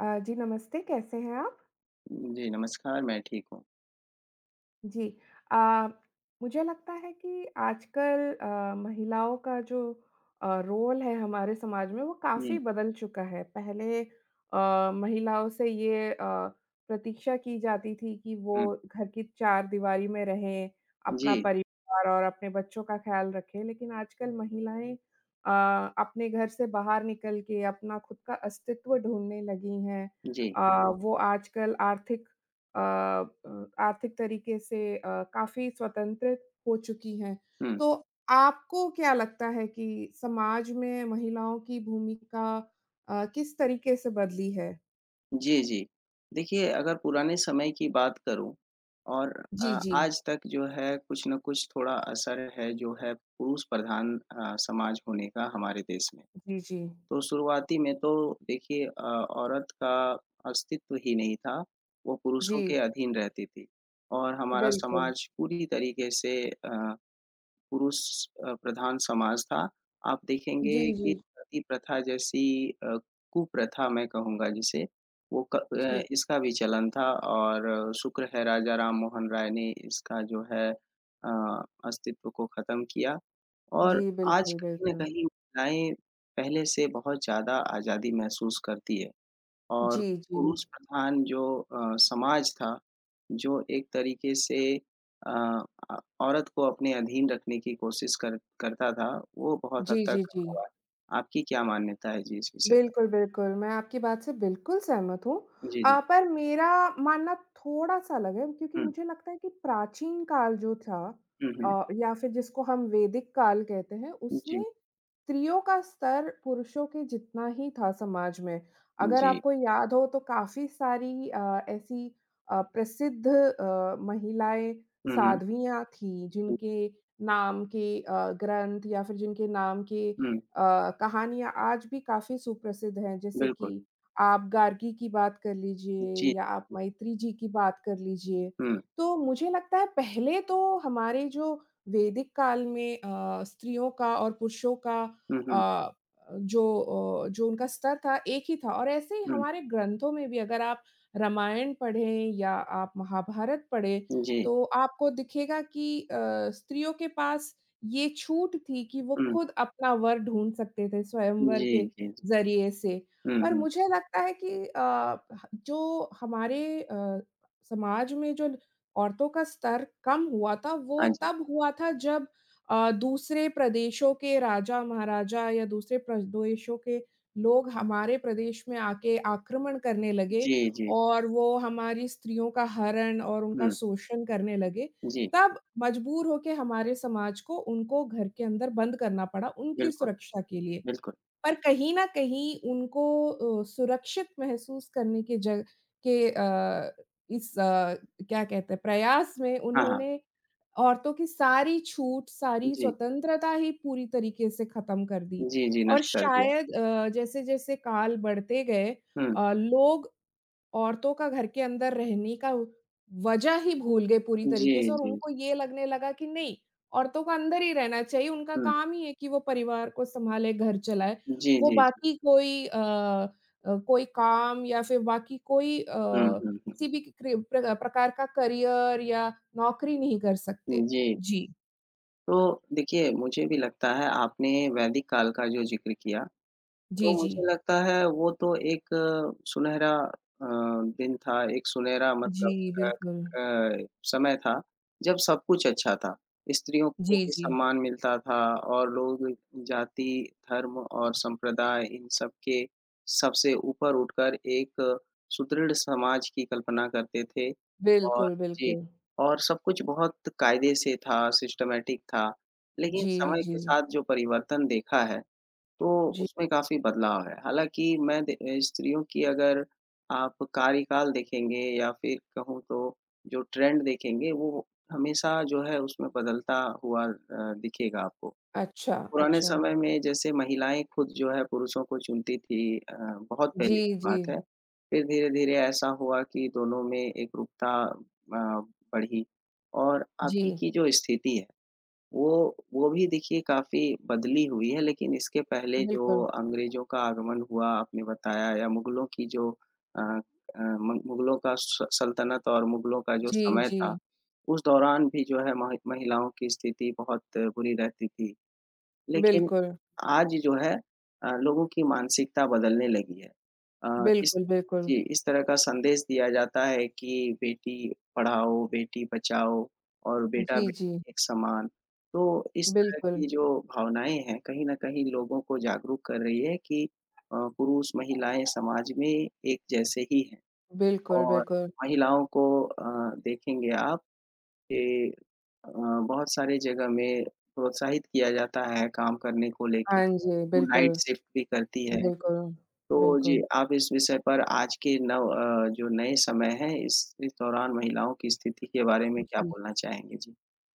जी नमस्ते, कैसे हैं आप? जी, नमस्कार, मैं ठीक हूँ। जी। अ, मुझे लगता है कि आजकल महिलाओं का जो रोल है हमारे समाज में वो काफ़ी हुँ, बदल चुका है। पहले महिलाओं से ये प्रतीक्षा की जाती थी कि वो हुँ, घर की चारदीवारी में रहें, अपना जी, परिवार और अपने बच्चों का ख़्याल रखें। लेकिन आजकल महिलाएँ अपने घर से बाहर निकल के अपना खुद का अस्तित्व ढूँढने लगी हैं। जी, अ, वो आजकल आर्थिक अ आर्थिक तरीके से काफ़ी स्वतंत्र हो चुकी हैं। हुँ, तो आपको क्या लगता है कि समाज में महिलाओं की भूमिका किस तरीके से बदली है? जी, जी। देखिए, अगर पुराने समय की बात करूँ और जी, जी। आज तक जो है कुछ न कुछ थोड़ा असर है जो है पुरुष प्रधान समाज होने का हमारे देश में। जी, जी। तो शुरुआती में तो देखिए औरत का अस्तित्व ही नहीं था, वो पुरुषों जी, के अधीन रहती थी और हमारा बिल्कुल। समाज पूरी तरीके से अ पुरुष प्रधान समाज था। आप देखेंगे जी, कि जी। सती प्रथा जैसी अ, कुप्रथा मैं कहूँगा जिसे, जी। इसका भी चलन था और शुक्र है राजा राम मोहन राय ने इसका जो है अस्तित्व को ख़त्म किया जी, और आज बिल्कुल, कहीं न बिल्कुल। कहीं महिलाएँ पहले से बहुत ज़्यादा आज़ादी महसूस करती है। और जी, जी। पुरुष प्रधान जो समाज था, जो एक तरीके से अ, अ, औरत को अपने अधीन रखने की कोशिश कर करता था, वो बहुत हद जी, तक जी, जी। कम हुआ है। आपकी क्या मान्यता है जी इस विषय पर? बिल्कुल, बिल्कुल। मैं आपकी बात से बिल्कुल सहमत हूँ। जी, जी। पर मेरा मानना थोड़ा-सा अलग है क्योंकि हुँ, मुझे लगता है कि प्राचीन काल जो था हुँ, हुँ। या फिर जिसको हम वैदिक काल कहते हैं, जी, उसमें स्त्रियों का स्तर पुरुषों के जितना ही था समाज में। अगर जी। आपको याद हो तो काफ़ी सारी ऐसी प्रसिद्ध महिलाएँ हुँ, हुँ, साध्वियाँ थीं हुँ, जिनके नाम के ग्रंथ या फिर जिनके नाम के हुँ, कहानियाँ आज भी काफ़ी सुप्रसिद्ध हैं, जैसे कि बिल्कुल। आप गार्गी की बात कर लीजिए जी, या आप जी। मैत्री जी की बात कर लीजिए। हुँ, तो मुझे लगता है पहले तो हमारे जो वैदिक काल में स्त्रियों का और पुरुषों का हुँ, हुँ, अ, जो जो उनका स्तर था एक ही था और ऐसे ही हुँ, हमारे ग्रंथों में भी अगर आप रामायण पढ़ें या आप महाभारत पढ़ें, जी, तो आपको दिखेगा कि स्त्रियों के पास ये छूट थी कि वो हुँ, खुद अपना वर ढूँढ सकते थे स्वयंवर जी, के जी, जी। ज़रिए से। हुँ, पर हुँ, मुझे लगता है कि ह जो हमारे समाज में जो औरतों का स्तर कम हुआ था, हाँ वो जी। तब हुआ था जब दूसरे प्रदेशों के राजा-महाराजा या दूसरे प्रदेशों के लोग हमारे प्रदेश में आके आक्रमण करने लगे जी, जी, और वो हमारी स्त्रियों का हरण और उनका हुँ, शोषण करने लगे। जी, तब मजबूर होके हमारे समाज को उनको घर के अंदर बंद करना पड़ा उनकी बिल्कुल, सुरक्षा के लिए। बिल्कुल। पर कहीं न कहीं उनको सुरक्षित महसूस करने के जग के इस अ, क्या कहते हैं प्रयास में हाँ, हाँ। उन्होंने औरतों की सारी छूट, सारी जी, स्वतंत्रता ही पूरी तरीके से खत्म कर दी। जी, जी, और नष्ट कर दिया। शायद जैसे-जैसे काल बढ़ते गए हुँ। लोग औरतों का घर के अंदर रहने का वजह ही भूल गए पूरी जी, तरीके से और जी, उनको जी। ये लगने लगा कि नहीं, औरतों को अंदर ही रहना चाहिए, उनका हुँ। काम ही है कि वो परिवार को सँभाले, घर चलाए। जी, वो जी, जी। बाकी कोई काम या फिर बाकी कोई हुँ, हुँ, हुँ। किसी भी क्रि प्र प्रकार का करियर या नौकरी नहीं कर सकते। जी, जी। तो देखिए मुझे भी लगता है आपने वैदिक काल का जो ज़िक्र किया तो जी, जी। मुझे लगता है वो तो एक सुनहरा दिन था, एक सुनहरा जी, मतलब अ बिल्कुल। अ, समय था, जब सब कुछ अच्छा था। स्त्रियों को जी, भी जी। सम्मान मिलता था और लोग जाति, धर्म और संप्रदाय इन सब के सबसे ऊपर उठकर एक सुदृढ़ समाज की कल्पना करते थे और बिल्कुल, जी, बिल्कुल। और सब कुछ बहुत कायदे से था, सिस्टमैटिक था। लेकिन जी, समय जी। के साथ जो परिवर्तन देखा है तो जी। उसमें काफ़ी बदलाव है। हालाँकि स्त्रियों की अगर आप कार्यकाल देखेंगे या फिर कहूँ तो जो ट्रेंड देखेंगे वो हमेशा जो है उसमें बदलता हुआ दिखेगा आपको। अच्छा, पुराने अच्छा। समय में जैसे महिलाएँ खुद जो है पुरुषों को चुनती थी बहुत जी, पहले की जी। बात है। फिर धीरे-धीरे ऐसा हुआ कि दोनों में एकरूपता बढ़ी और जी, अभी की जो स्थिति है वो वो भी देखिए काफ़ी बदली हुई है, लेकिन इसके पहले जो बिल्कुल। अंग्रेज़ों का आगमन हुआ आपने बताया या मुग़लों की जो अ अ, मु मुग़लों का स सल्तनत और मुग़लों का जो जी, समय जी, था, उस दौरान भी जो है महिलाओं की स्थिति बहुत बुरी रहती थी। लेकिन बिल्कुल, आज जो है लोगों की मानसिकता बदलने लगी है। अ, इस बिल्कुल, बिल्कुल। जी, इस तरह का संदेश दिया जाता है कि बेटी पढ़ाओ, बेटी बचाओ और जी, जी, बेटा-बेटी एक समान। तो इस तरह बिल्कुल, की जो भावनाएँ हैं, कहीं न कहीं लोगों को जागरूक कर रही है कि पुरुष, महिलाएँ समाज में एक जैसे ही हैं बिल्कुल, और बिल्कुल। महिलाओं को देखेंगे आप कि अ, बहुत सारी जगह में प्रोत्साहित किया जाता है काम करने को लेके। हाँ जी, वो नाइट बिल्कुल, शिफ्ट भी करती है। बिल्कुल, तो जी, बिल्कुल। आप इस विषय पर आज के जो नए समय हैं इस दौरान महिलाओं की स्थिति के बारे में क्या जी। बोलना चाहेंगे? जी।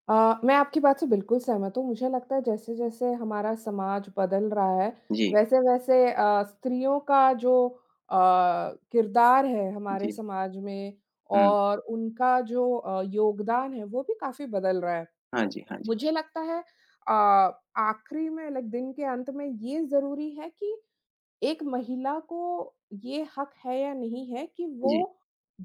मैं आपकी बात से बिल्कुल सहमत हूँ। मुझे लगता है जैसे-जैसे हमारा समाज बदल रहा है, जी, वैसे-वैसे स्त्रियों का जो अ, किरदार है हमारे जी। समाज में हुँ। और उनका जो योगदान है, वो भी काफ़ी बदल रहा है। हाँ जी, हाँ जी। मुझे लगता है अ, आखिरी में लाइक दिन के अंत में ये ज़रूरी है कि एक महिला को ये हक है या नहीं है कि वो जी।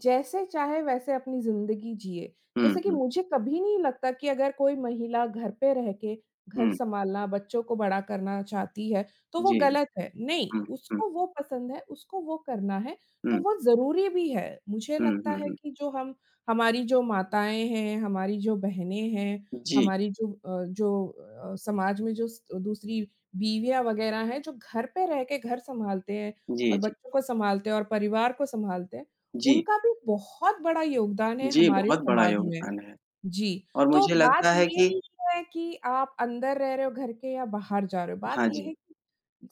जैसे चाहे वैसे अपनी ज़िंदगी जिए। हुँ, जैसे कि हुँ, मुझे कभी नहीं लगता कि अगर कोई महिला घर पे रह के घर हुँ। सँभालना, बच्चों को बड़ा करना चाहती है, तो वो जी, जी। गलत है। नहीं, हुँ, हुँ, उसको वो पसंद है, उसको वो करना है, तो हुँ, वो ज़रूरी भी है। मुझे हुँ, लगता हुँ, है हुँ। कि जो हम हमारी जो माताएँ हैं, हमारी जो बहनें हैं, जी, हमारी समाज में जो स दूसरी बीवियाँ वगैरह हैं जो घर पे रह के घर सँभालते हैं जी, और जी। बच्चों को सँभालते हैं और परिवार को सँभालते हैं, जी, उनका भी बहुत बड़ा योगदान है जी हमारे बहुत बड़ा समाज में। योगदान है जी, और तो मुझे बात लगता है ये कि नहीं है कि आप अंदर रह रहे हो घर के या बाहर जा रहे हो, बात हाँ ये जी। है कि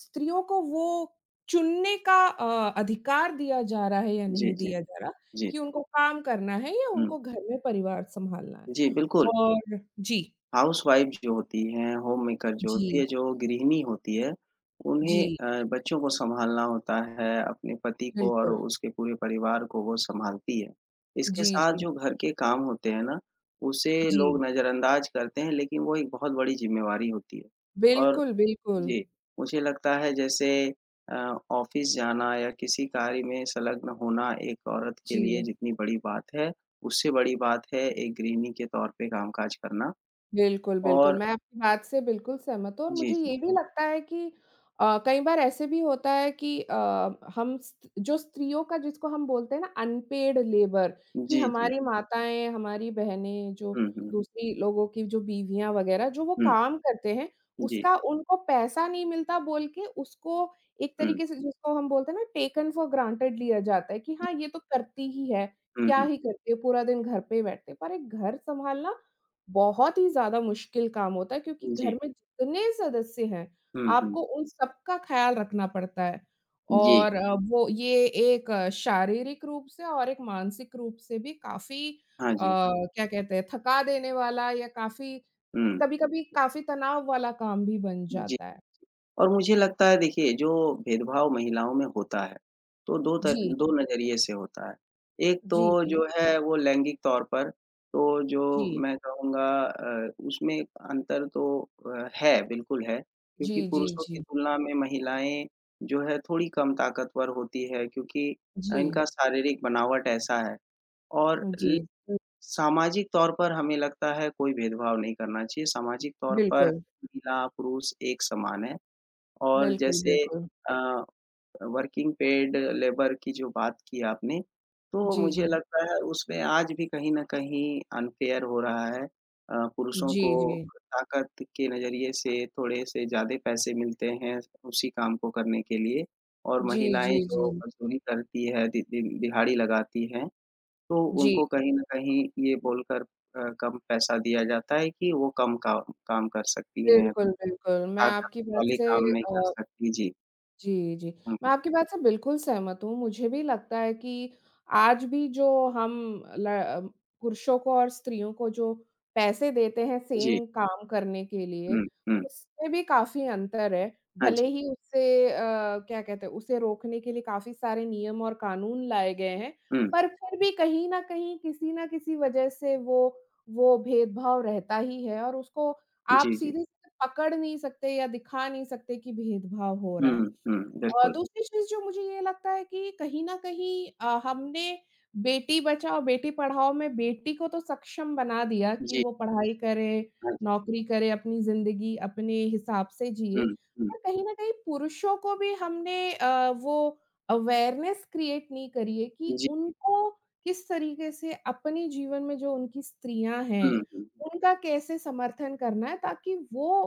स्त्रियों को वो चुनने का अधिकार दिया जा रहा है या जी, नहीं जी। दिया जा रहा, जी। कि उनको काम करना है या हुँ। उनको घर में परिवार सँभालना है। जी, बिल्कुल। और जी, हाउसवाइफ़ जो होती हैं, होममेकर जो होती जी, है, जो गृहिणी होती है, उन्हें जी, बच्चों को सँभालना होता है, अपने पति को और बिल्कुल। उसके पूरे परिवार को वो सँभालती है। इसके जी, साथ जी, जो घर के काम होते हैं ना, उसे जी। लोग नज़रअंदाज करते हैं, लेकिन वो एक बहुत बड़ी ज़िम्मेवारी होती है। और बिल्कुल, बिल्कुल। जी, मुझे लगता है जैसे अ, ऑफ़िस जाना या किसी कार्य में संलग्न होना एक औरत के लिए जी। जितनी बड़ी बात है, उससे बड़ी बात है एक गृहिणी के तौर पे कामकाज करना। बिल्कुल, बिल्कुल। और मैं आपकी बात से बिल्कुल सहमत हूँ और जी, मुझे जी। ये भी लगता है कि कई बार ऐसे भी होता है कि हम स जो स्त्रियों का जिसको हम बोलते हैं ना अनपेड लेबर, कि जी, जी। हमारी माताएँ, हमारी बहनें जो हुँ, हुँ। दूसरी लोगों की जो बीवियाँ वग़ैरह जो वो हुँ, काम करते हैं, जी। उसका उनको पैसा नहीं मिलता बोल के उसको एक हुँ, तरीके से जिसको हम बोलते हैं ना टेकन फॉर ग्रांटेड लिया जाता है कि हाँ, ये तो करती ही है, हुँ, क्या हुँ। ही करती है, पूरा दिन घर पे ही बैठते हैं। पर एक घर सँभालना बहुत ही ज़्यादा मुश्किल काम होता है क्योंकि घर जी। में जितने सदस्य हैं, हुँ, हुँ। आपको उन सबका ख़्याल रखना पड़ता है जी। और वो ये एक शारीरिक रूप से और एक मानसिक रूप से भी काफ़ी हाँ जी, हाँ। क्या कहते हैं थका देने वाला या काफ़ी हुँ, कभी-कभी काफ़ी तनाव वाला काम भी बन जी। जाता है। और मुझे लगता है देखिए जो भेदभाव महिलाओं में होता है, तो जी, 2 नज़रिए से होता है। एक तो जी, जी, जो है वो लैंगिक तौर पर, तो जो जी। मैं कहूँगा उसमें अंतर तो है, बिल्कुल है। क्योंकि जी, जी, पुरुषों की जी। तुलना में महिलाएँ जो है थोड़ी कम ताकतवर होती है क्योंकि जी, इनका शारीरिक बनावट ऐसा है। और जी। लेकिन सामाजिक तौर पर हमें लगता है कोई भेदभाव नहीं करना चाहिए, सामाजिक तौर पर बिल्कुल, महिला-पुरुष एक समान है और बिल्कुल, जैसे बिल्कुल। अ, वर्किंग पेड लेबर की जो बात की आपने, तो जी, मुझे जी। लगता है उसमें आज भी कहीं न कहीं अनफ़ेयर हो रहा है। पुरुषों जी, को जी। ताकत के नज़रिए से थोड़े से ज़्यादा पैसे मिलते हैं उसी काम को करने के लिए और जी, महिलाएँ जी, जी। जो मज़दूरी करती है दि दिन दिहाड़ी लगाती हैं, तो जी। उनको कहीं न कहीं ये बोलकर कम पैसा दिया जाता है कि वो कम काम काम कर सकती हैं, बिल्कुल, बिल्कुल, मैं ताकत आपकी बात वाले से काम नहीं कर अ, सकती। जी। जी, जी। हुँ, मैं हुँ। आपकी बात से बिल्कुल सहमत हूँ। मुझे भी लगता है कि आज भी जो हम ल अ, पुरुषों को और स्त्रियों को जो पैसे देते हैं जी। सेम काम करने के लिए, हुँ, हुँ। उसमें भी काफ़ी अंतर है। हाँ भले जी। ही उससे अ, क्या कहते हैं, उसे रोकने के लिए काफ़ी सारे नियम और कानून लाए गए हैं, हुँ। पर फिर भी कहीं न कहीं, किसी न किसी वजह से वो भेदभाव रहता ही है और उसको आप जी, जी। सीधे-सीधे पकड़ नहीं सकते या दिखा नहीं सकते कि भेदभाव हो रहा है। हुँ, हुँ। बिल्कुल। दूसरी चीज़ जो मुझे ये लगता है कि कहीं न कहीं हमने बेटी बचाओ, बेटी पढ़ाओ में बेटी को तो सक्षम बना दिया कि जी। वो पढ़ाई करे, हाँ जी। नौकरी करे, अपनी ज़िंदगी अपने हिसाब से जिए। हुँ, हुँ। पर कहीं न कहीं पुरुषों को भी हमने वो अवेयरनेस क्रिएट नहीं करी है कि जी। उनको किस तरीके से अपने जीवन में जो उनकी स्त्रियाँ हैं, हुँ, हुँ। उनका कैसे समर्थन करना है ताकि वो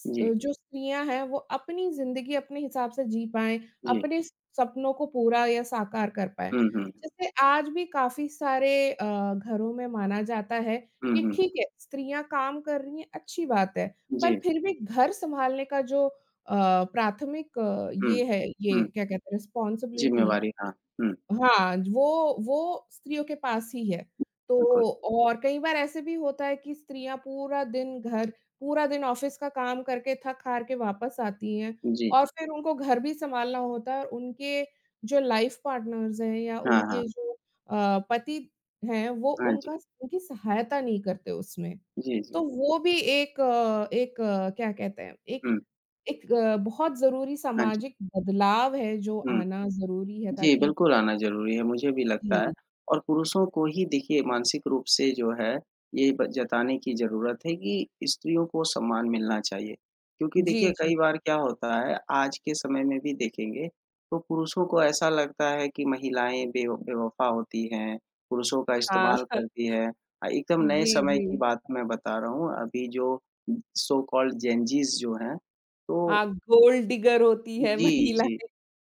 जी, जो स्त्रियाँ हैं वो अपनी ज़िंदगी अपने हिसाब से जी पाएँ, जी। अपने सपनों को पूरा या साकार कर पाएँ। हुँ, हुँ। जैसे आज भी काफ़ी सारे घरों में माना जाता है हुँ, कि हुँ। ठीक है, स्त्रियाँ काम कर रही हैं, अच्छी बात है, पर जी। फिर भी घर सँभालने का जो प्राथमिक हुँ, ये है, ये हुँ। क्या कहते हैं रिस्पॉन्सिबिलिटी, ज़िम्मेवारी हाँ। हुँ, हाँ, वो स्त्रियों के पास ही है। तो बिल्कुल। और कई बार ऐसे भी होता है कि स्त्रियाँ पूरा दिन ऑफ़िस का काम करके थक-हार के वापस आती हैं जी। और फिर उनको घर भी सँभालना होता है और उनके जो लाइफ़ पार्टनर्स हैं या हाँ, उनके हाँ। जो पति हैं वो हाँ उनका जी। उनकी सहायता नहीं करते उसमें। जी, जी। तो वो भी एक क्या कहते हैं एक हुँ। एक अ, बहुत ज़रूरी हाँ जी। सामाजिक बदलाव है जो हुँ। आना ज़रूरी है जी, ताकि बिल्कुल आना ज़रूरी है, मुझे भी लगता है जी। और पुरुषों को ही देखिए मानसिक रूप से जो है, ये ब जताने की ज़रूरत है कि स्त्रियों को सम्मान मिलना चाहिए। क्योंकि जी, देखिए जी। कई बार क्या होता है, आज के समय में भी देखेंगे, तो पुरुषों को ऐसा लगता है कि महिलाएँ बेवफ़ा होती हैं, पुरुषों का हाँ, इस्तेमाल करती हैं। एकदम नए जी, समय जी। की बात मैं बता रहा हूँ, अभी जो सो कॉल्ड जेन ज़ीज़ जो हैं, तो हाँ, गोल्ड डिगर होती है जी, महिला। जी।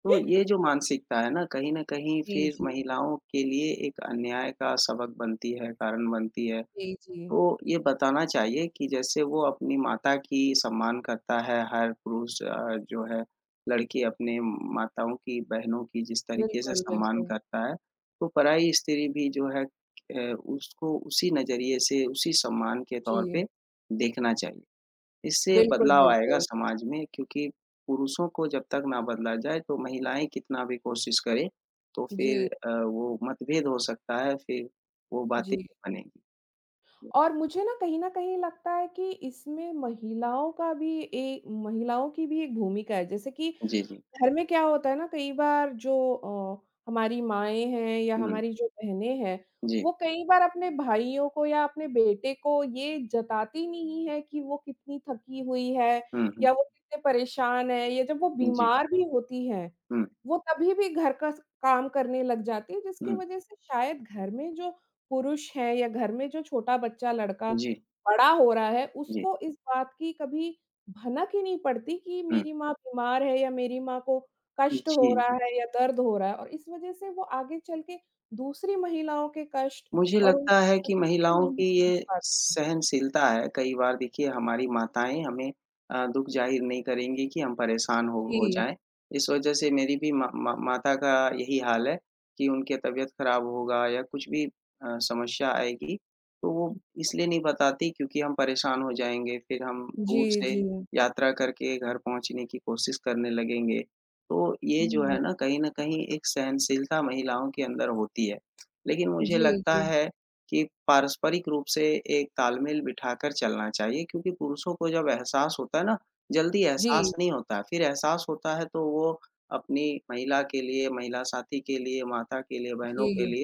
तो ये जो मानसिकता है ना, कहीं न कहीं जी, फिर जी। महिलाओं के लिए एक अन्याय का सबक बनती है, कारण बनती है। जी, जी। तो ये बताना चाहिए कि जैसे वो अपनी माता की सम्मान करता है हर पुरुष जो है लड़की अपने माताओं की, बहनों की जिस तरीके से बिल्कुल, सम्मान बिल्कुल। करता है, तो पराई स्त्री भी जो है उसको उसी नज़रिए से, उसी सम्मान के तौर जी, पे देखना चाहिए। इससे बिल्कुल, बदलाव आएगा बिल्कुल। समाज में क्योंकि पुरुषों को जब तक ना बदला जाए तो महिलाएँ कितना भी कोशिश करें, तो फिर जी, वो मतभेद हो सकता है, फिर वो बातें जी। बनेंगी। और मुझे ना कहीं न कहीं लगता है कि इसमें महिलाओं की भी एक भूमिका है। जैसे कि जी, जी। घर में क्या होता है ना कई बार जो हमारी माएँ हैं या हुँ, हमारी जो बहनें हैं, जी। वो कई बार अपने भाइयों को या अपने बेटे को ये जताती नहीं है कि वो कितनी थकी हुई है हुँ, हुँ। या वो कितने परेशान है या जब वो जी। बीमार भी होती हैं, हुँ, वो तभी भी घर का स काम करने लग जाती है जिसकी हुँ। वज़ह से शायद घर में जो पुरुष हैं या घर में जो छोटा बच्चा लड़का जी, बड़ा हो रहा है, जी। उसको इस बात की कभी भनक ही नहीं पड़ती कि हुँ। मेरी माँ बीमार है या मेरी माँ को कष्ट जी, हो रहा जी। है या दर्द हो रहा है और इस वजह से वो आगे चल के दूसरी महिलाओं के कष्ट मुझे और लगता है उनकी कि कष्ट को महिलाओं नहीं की समझ ये पाते। सहनशीलता है। कई बार देखिए हमारी माताएँ हमें दुःख ज़ाहिर नहीं करेंगी कि हम परेशान हो जी, जाएँ। इस वजह से मेरी भी मा मा माता का यही हाल है कि उनकी तबीयत ख़राब होगा या कुछ भी समस्या आएगी, तो वो इसलिए नहीं बताती क्योंकि हम परेशान हो जाएँगे। फिर हम जी, दूर से जी। यात्रा करके घर पहुँचने की कोशिश करने लगेंगे। तो ये जो हुँ, है ना, कहीं न कहीं एक सहनशीलता महिलाओं के अंदर होती है। लेकिन मुझे जी, लगता जी। है कि पारस्परिक रूप से एक तालमेल बिठाकर चलना चाहिए क्योंकि पुरुषों को जब एहसास होता है ना, जल्दी एहसास जी, नहीं होता है। फिर एहसास होता है तो वो अपनी महिला के लिए, महिला साथी के लिए, माता के लिए, बहनों जी, के लिए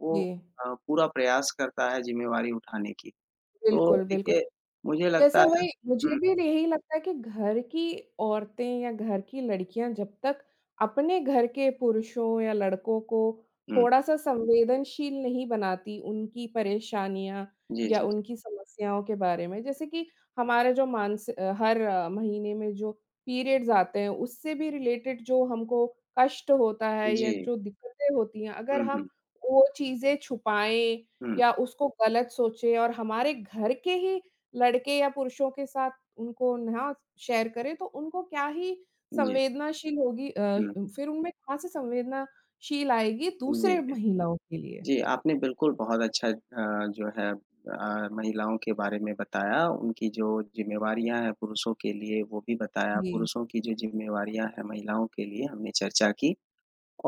वो जी। पूरा प्रयास करता है ज़िम्मेवारी उठाने की। तो बिल्कुल, बिल्कुल। देखिए मुझे लगता जैसे है वही मुझे हुँ, भी यही लगता है कि घर की औरतें या घर की लड़कियां जब तक अपने घर के पुरुषों या लड़कों को हुँ। थोड़ा-सा संवेदनशील नहीं बनाती उनकी परेशानियाँ जी, या जी, उनकी समस्याओं के बारे में, जैसे कि हमारे जो हर महीने में जो पीरियड्स आते हैं, उससे भी रिलेटेड जो हमको कष्ट होता है जी। या जो दिक्कतें होती हैं, अगर हुँ, हम हुँ, वो चीज़ें छुपाएँ हुँ। या उसको गलत सोचें और हमारे घर के ही लड़के या पुरुषों के साथ उनको ना शेयर करें, तो उनको क्या ही जी, संवेदनाशील होगी हुँ। फिर उनमें कहाँ से संवेदनाशील आएगी जी, दूसरे जी। महिलाओं के लिए। जी, आपने बिल्कुल बहुत अच्छा जो है महिलाओं के बारे में बताया, उनकी जो ज़िम्मेवारियाँ हैं पुरुषों के लिए वो भी बताया, जी, पुरुषों की जो ज़िम्मेवारियाँ हैं महिलाओं के लिए हमने चर्चा की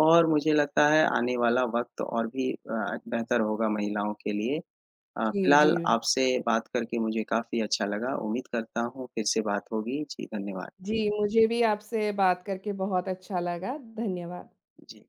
और मुझे लगता है आने वाला वक़्त और भी बेहतर होगा महिलाओं के लिए। जी, फिलहाल जी। आपसे बात करके मुझे काफ़ी अच्छा लगा, उम्मीद करता हूँ फिर से बात होगी। जी, धन्यवाद। जी, मुझे भी आपसे बात करके बहुत अच्छा लगा। धन्यवाद। जी।